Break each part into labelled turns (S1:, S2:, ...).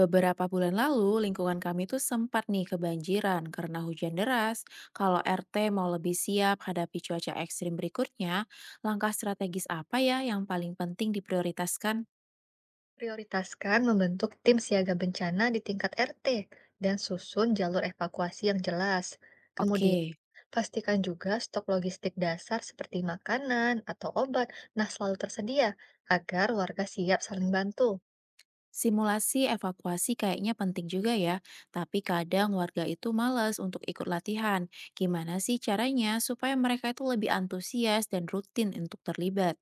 S1: Beberapa bulan lalu, lingkungan kami tuh sempat nih kebanjiran karena hujan deras. Kalau RT mau lebih siap hadapi cuaca ekstrim berikutnya, langkah strategis apa ya yang paling penting diprioritaskan?
S2: Prioritaskan membentuk tim siaga bencana di tingkat RT dan susun jalur evakuasi yang jelas. Kemudian,
S1: Oke,
S2: pastikan juga stok logistik dasar seperti makanan atau obat nah selalu tersedia agar warga siap saling bantu.
S1: simulasi evakuasi kayaknya penting juga ya, tapi kadang warga itu malas untuk ikut latihan. Gimana sih caranya supaya mereka itu lebih antusias dan rutin untuk terlibat?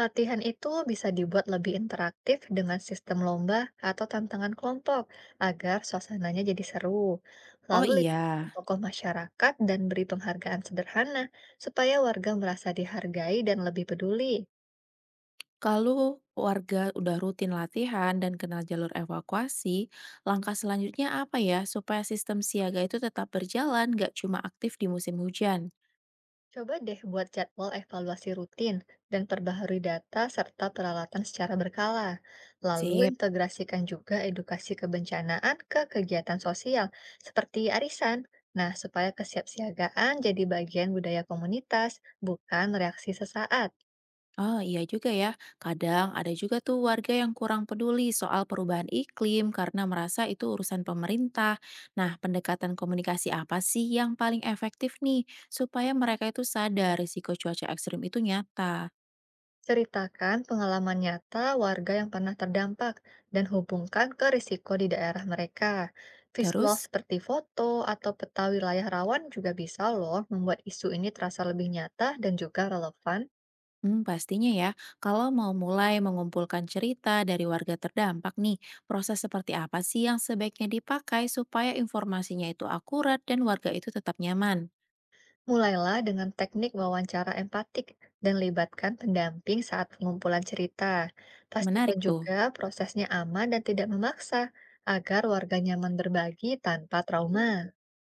S2: Latihan itu bisa dibuat lebih interaktif dengan sistem lomba atau tantangan kelompok agar suasananya jadi seru.
S1: Oh
S2: Lalu libatkan
S1: iya.
S2: tokoh masyarakat dan beri penghargaan sederhana supaya warga merasa dihargai dan lebih peduli.
S1: Kalau warga udah rutin latihan dan kenal jalur evakuasi, langkah selanjutnya apa ya supaya sistem siaga itu tetap berjalan, gak cuma aktif di musim hujan?
S2: Coba deh buat jadwal evaluasi rutin dan perbaharui data serta peralatan secara berkala. Lalu
S1: Sip.
S2: integrasikan juga edukasi kebencanaan ke kegiatan sosial seperti arisan. Nah, supaya kesiapsiagaan jadi bagian budaya komunitas, bukan reaksi sesaat.
S1: Oh iya juga ya, kadang ada juga tuh warga yang kurang peduli soal perubahan iklim karena merasa itu urusan pemerintah. Nah, pendekatan komunikasi apa sih yang paling efektif nih supaya mereka itu sadar risiko cuaca ekstrim itu nyata?
S2: Ceritakan pengalaman nyata warga yang pernah terdampak dan hubungkan ke risiko di daerah mereka. Visual
S1: Terus
S2: seperti foto atau peta wilayah rawan juga bisa loh membuat isu ini terasa lebih nyata dan juga relevan.
S1: Hmm, pastinya ya, kalau mau mulai mengumpulkan cerita dari warga terdampak nih, proses seperti apa sih yang sebaiknya dipakai supaya informasinya itu akurat dan warga itu tetap nyaman?
S2: Mulailah dengan teknik wawancara empatik dan libatkan pendamping saat pengumpulan cerita. Pastikan
S1: Menarik
S2: juga
S1: tuh.
S2: prosesnya aman dan tidak memaksa agar warga nyaman berbagi tanpa trauma.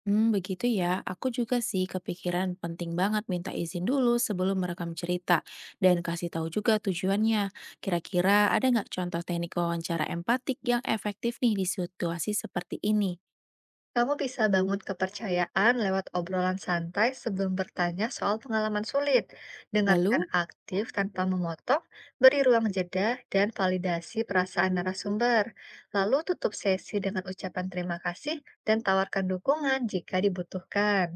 S1: Hmm, begitu ya. Aku juga sih kepikiran penting banget minta izin dulu sebelum merekam cerita dan kasih tahu juga tujuannya. Kira-kira ada nggak contoh teknik wawancara empatik yang efektif nih di situasi seperti ini?
S2: Kamu bisa bangun kepercayaan lewat obrolan santai sebelum bertanya soal pengalaman sulit. Dengarkan
S1: Lalu
S2: aktif tanpa memotong, beri ruang jeda, dan validasi perasaan narasumber. Lalu tutup sesi dengan ucapan terima kasih dan tawarkan dukungan jika dibutuhkan.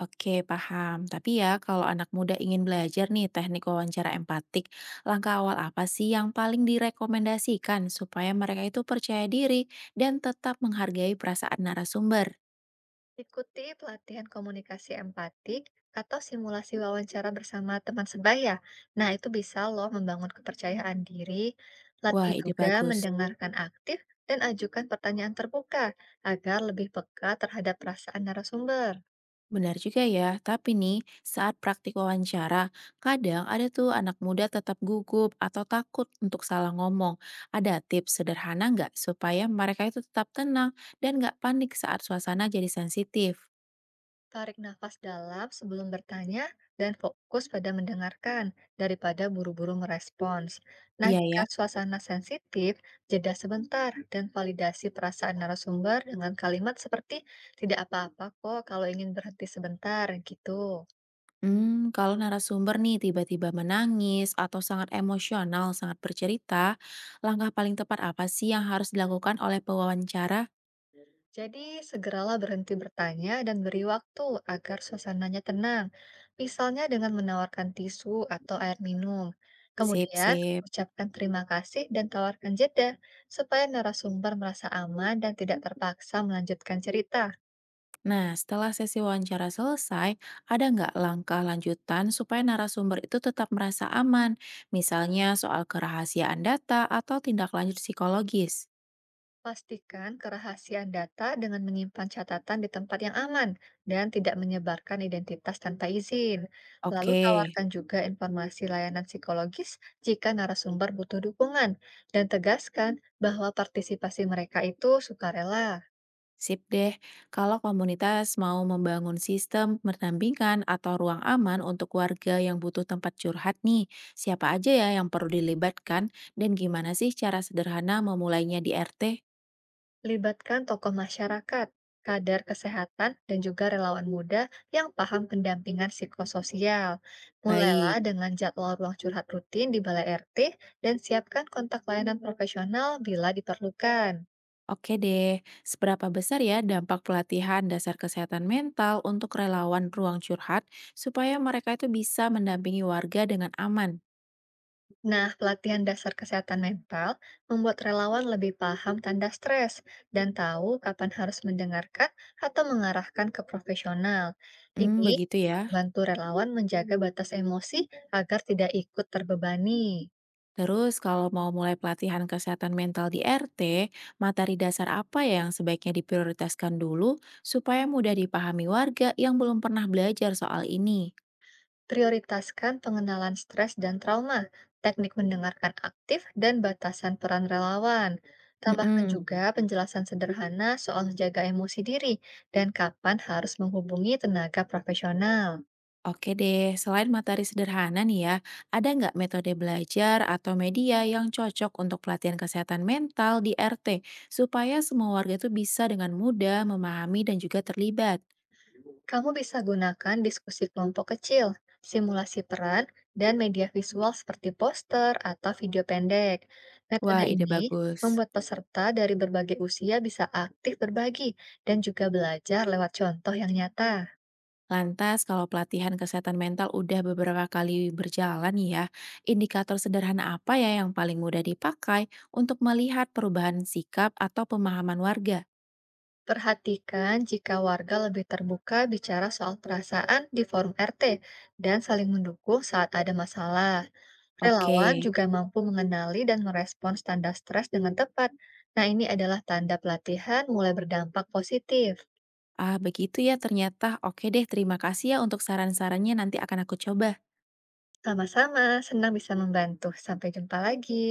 S1: Oke, paham. Tapi ya, kalau anak muda ingin belajar nih teknik wawancara empatik, langkah awal apa sih yang paling direkomendasikan supaya mereka itu percaya diri dan tetap menghargai perasaan narasumber?
S2: Ikuti pelatihan komunikasi empatik atau simulasi wawancara bersama teman sebaya. Nah, itu bisa loh membangun kepercayaan diri.
S1: Wah,
S2: Latih
S1: ide
S2: juga
S1: bagus.
S2: mendengarkan aktif dan ajukan pertanyaan terbuka agar lebih peka terhadap perasaan narasumber.
S1: Benar juga ya, tapi nih saat praktik wawancara, kadang ada tuh anak muda tetap gugup atau takut untuk salah ngomong. Ada tips sederhana nggak supaya mereka itu tetap tenang dan nggak panik saat suasana jadi sensitif?
S2: Tarik nafas dalam sebelum bertanya dan fokus pada mendengarkan daripada buru-buru merespons. Nah,
S1: Iya
S2: jika
S1: ya.
S2: suasana sensitif, jeda sebentar dan validasi perasaan narasumber dengan kalimat seperti tidak apa-apa kok kalau ingin berhenti sebentar gitu.
S1: Hmm, kalau narasumber nih tiba-tiba menangis atau sangat emosional sangat bercerita, langkah paling tepat apa sih yang harus dilakukan oleh pewawancara?
S2: Jadi, segeralah berhenti bertanya dan beri waktu agar suasananya tenang, misalnya dengan menawarkan tisu atau air minum.
S1: Sip
S2: Kemudian,
S1: sip.
S2: ucapkan terima kasih dan tawarkan jeda supaya narasumber merasa aman dan tidak terpaksa melanjutkan cerita.
S1: Nah, setelah sesi wawancara selesai, ada nggak langkah lanjutan supaya narasumber itu tetap merasa aman? Misalnya soal kerahasiaan data atau tindak lanjut psikologis?
S2: Pastikan kerahasiaan data dengan menyimpan catatan di tempat yang aman dan tidak menyebarkan identitas tanpa izin. Lalu
S1: Oke.
S2: tawarkan juga informasi layanan psikologis jika narasumber butuh dukungan dan tegaskan bahwa partisipasi mereka itu sukarela.
S1: Sip deh, kalau komunitas mau membangun sistem pendampingan atau ruang aman untuk warga yang butuh tempat curhat nih, siapa aja ya yang perlu dilibatkan dan gimana sih cara sederhana memulainya di RT?
S2: Libatkan tokoh masyarakat, kader kesehatan, dan juga relawan muda yang paham pendampingan psikososial. Mulailah
S1: Baik,
S2: dengan jadwal ruang curhat rutin di Balai RT dan siapkan kontak layanan profesional bila diperlukan.
S1: oke deh. Seberapa besar ya dampak pelatihan dasar kesehatan mental untuk relawan ruang curhat supaya mereka itu bisa mendampingi warga dengan aman?
S2: Nah, pelatihan dasar kesehatan mental membuat relawan lebih paham tanda stres dan tahu kapan harus mendengarkan atau mengarahkan ke profesional.
S1: Hmm,
S2: Ini
S1: begitu ya.
S2: bantu relawan menjaga batas emosi agar tidak ikut terbebani.
S1: Terus kalau mau mulai pelatihan kesehatan mental di RT, materi dasar apa ya yang sebaiknya diprioritaskan dulu supaya mudah dipahami warga yang belum pernah belajar soal ini?
S2: Prioritaskan pengenalan stres dan trauma, teknik mendengarkan aktif, dan batasan peran relawan. Tambahkan
S1: Mm-mm.
S2: juga penjelasan sederhana soal jaga emosi diri dan kapan harus menghubungi tenaga profesional.
S1: Oke deh, selain materi sederhana nih ya, ada nggak metode belajar atau media yang cocok untuk pelatihan kesehatan mental di RT supaya semua warga tuh bisa dengan mudah memahami dan juga terlibat?
S2: Kamu bisa gunakan diskusi kelompok kecil, simulasi peran, dan media visual seperti poster atau video pendek. Metode
S1: Wah, ide
S2: ini
S1: bagus.
S2: membuat peserta dari berbagai usia bisa aktif berbagi dan juga belajar lewat contoh yang nyata.
S1: Lantas, kalau pelatihan kesehatan mental udah beberapa kali berjalan nih ya, indikator sederhana apa ya yang paling mudah dipakai untuk melihat perubahan sikap atau pemahaman warga?
S2: Perhatikan jika warga lebih terbuka bicara soal perasaan di forum RT dan saling mendukung saat ada masalah.
S1: Oke,
S2: Relawan juga mampu mengenali dan merespon tanda stres dengan tepat. Nah, ini adalah tanda pelatihan mulai berdampak positif.
S1: ah begitu ya ternyata. Oke deh, terima kasih ya untuk saran-sarannya nanti akan aku coba.
S2: Sama-sama, senang bisa membantu. Sampai jumpa lagi.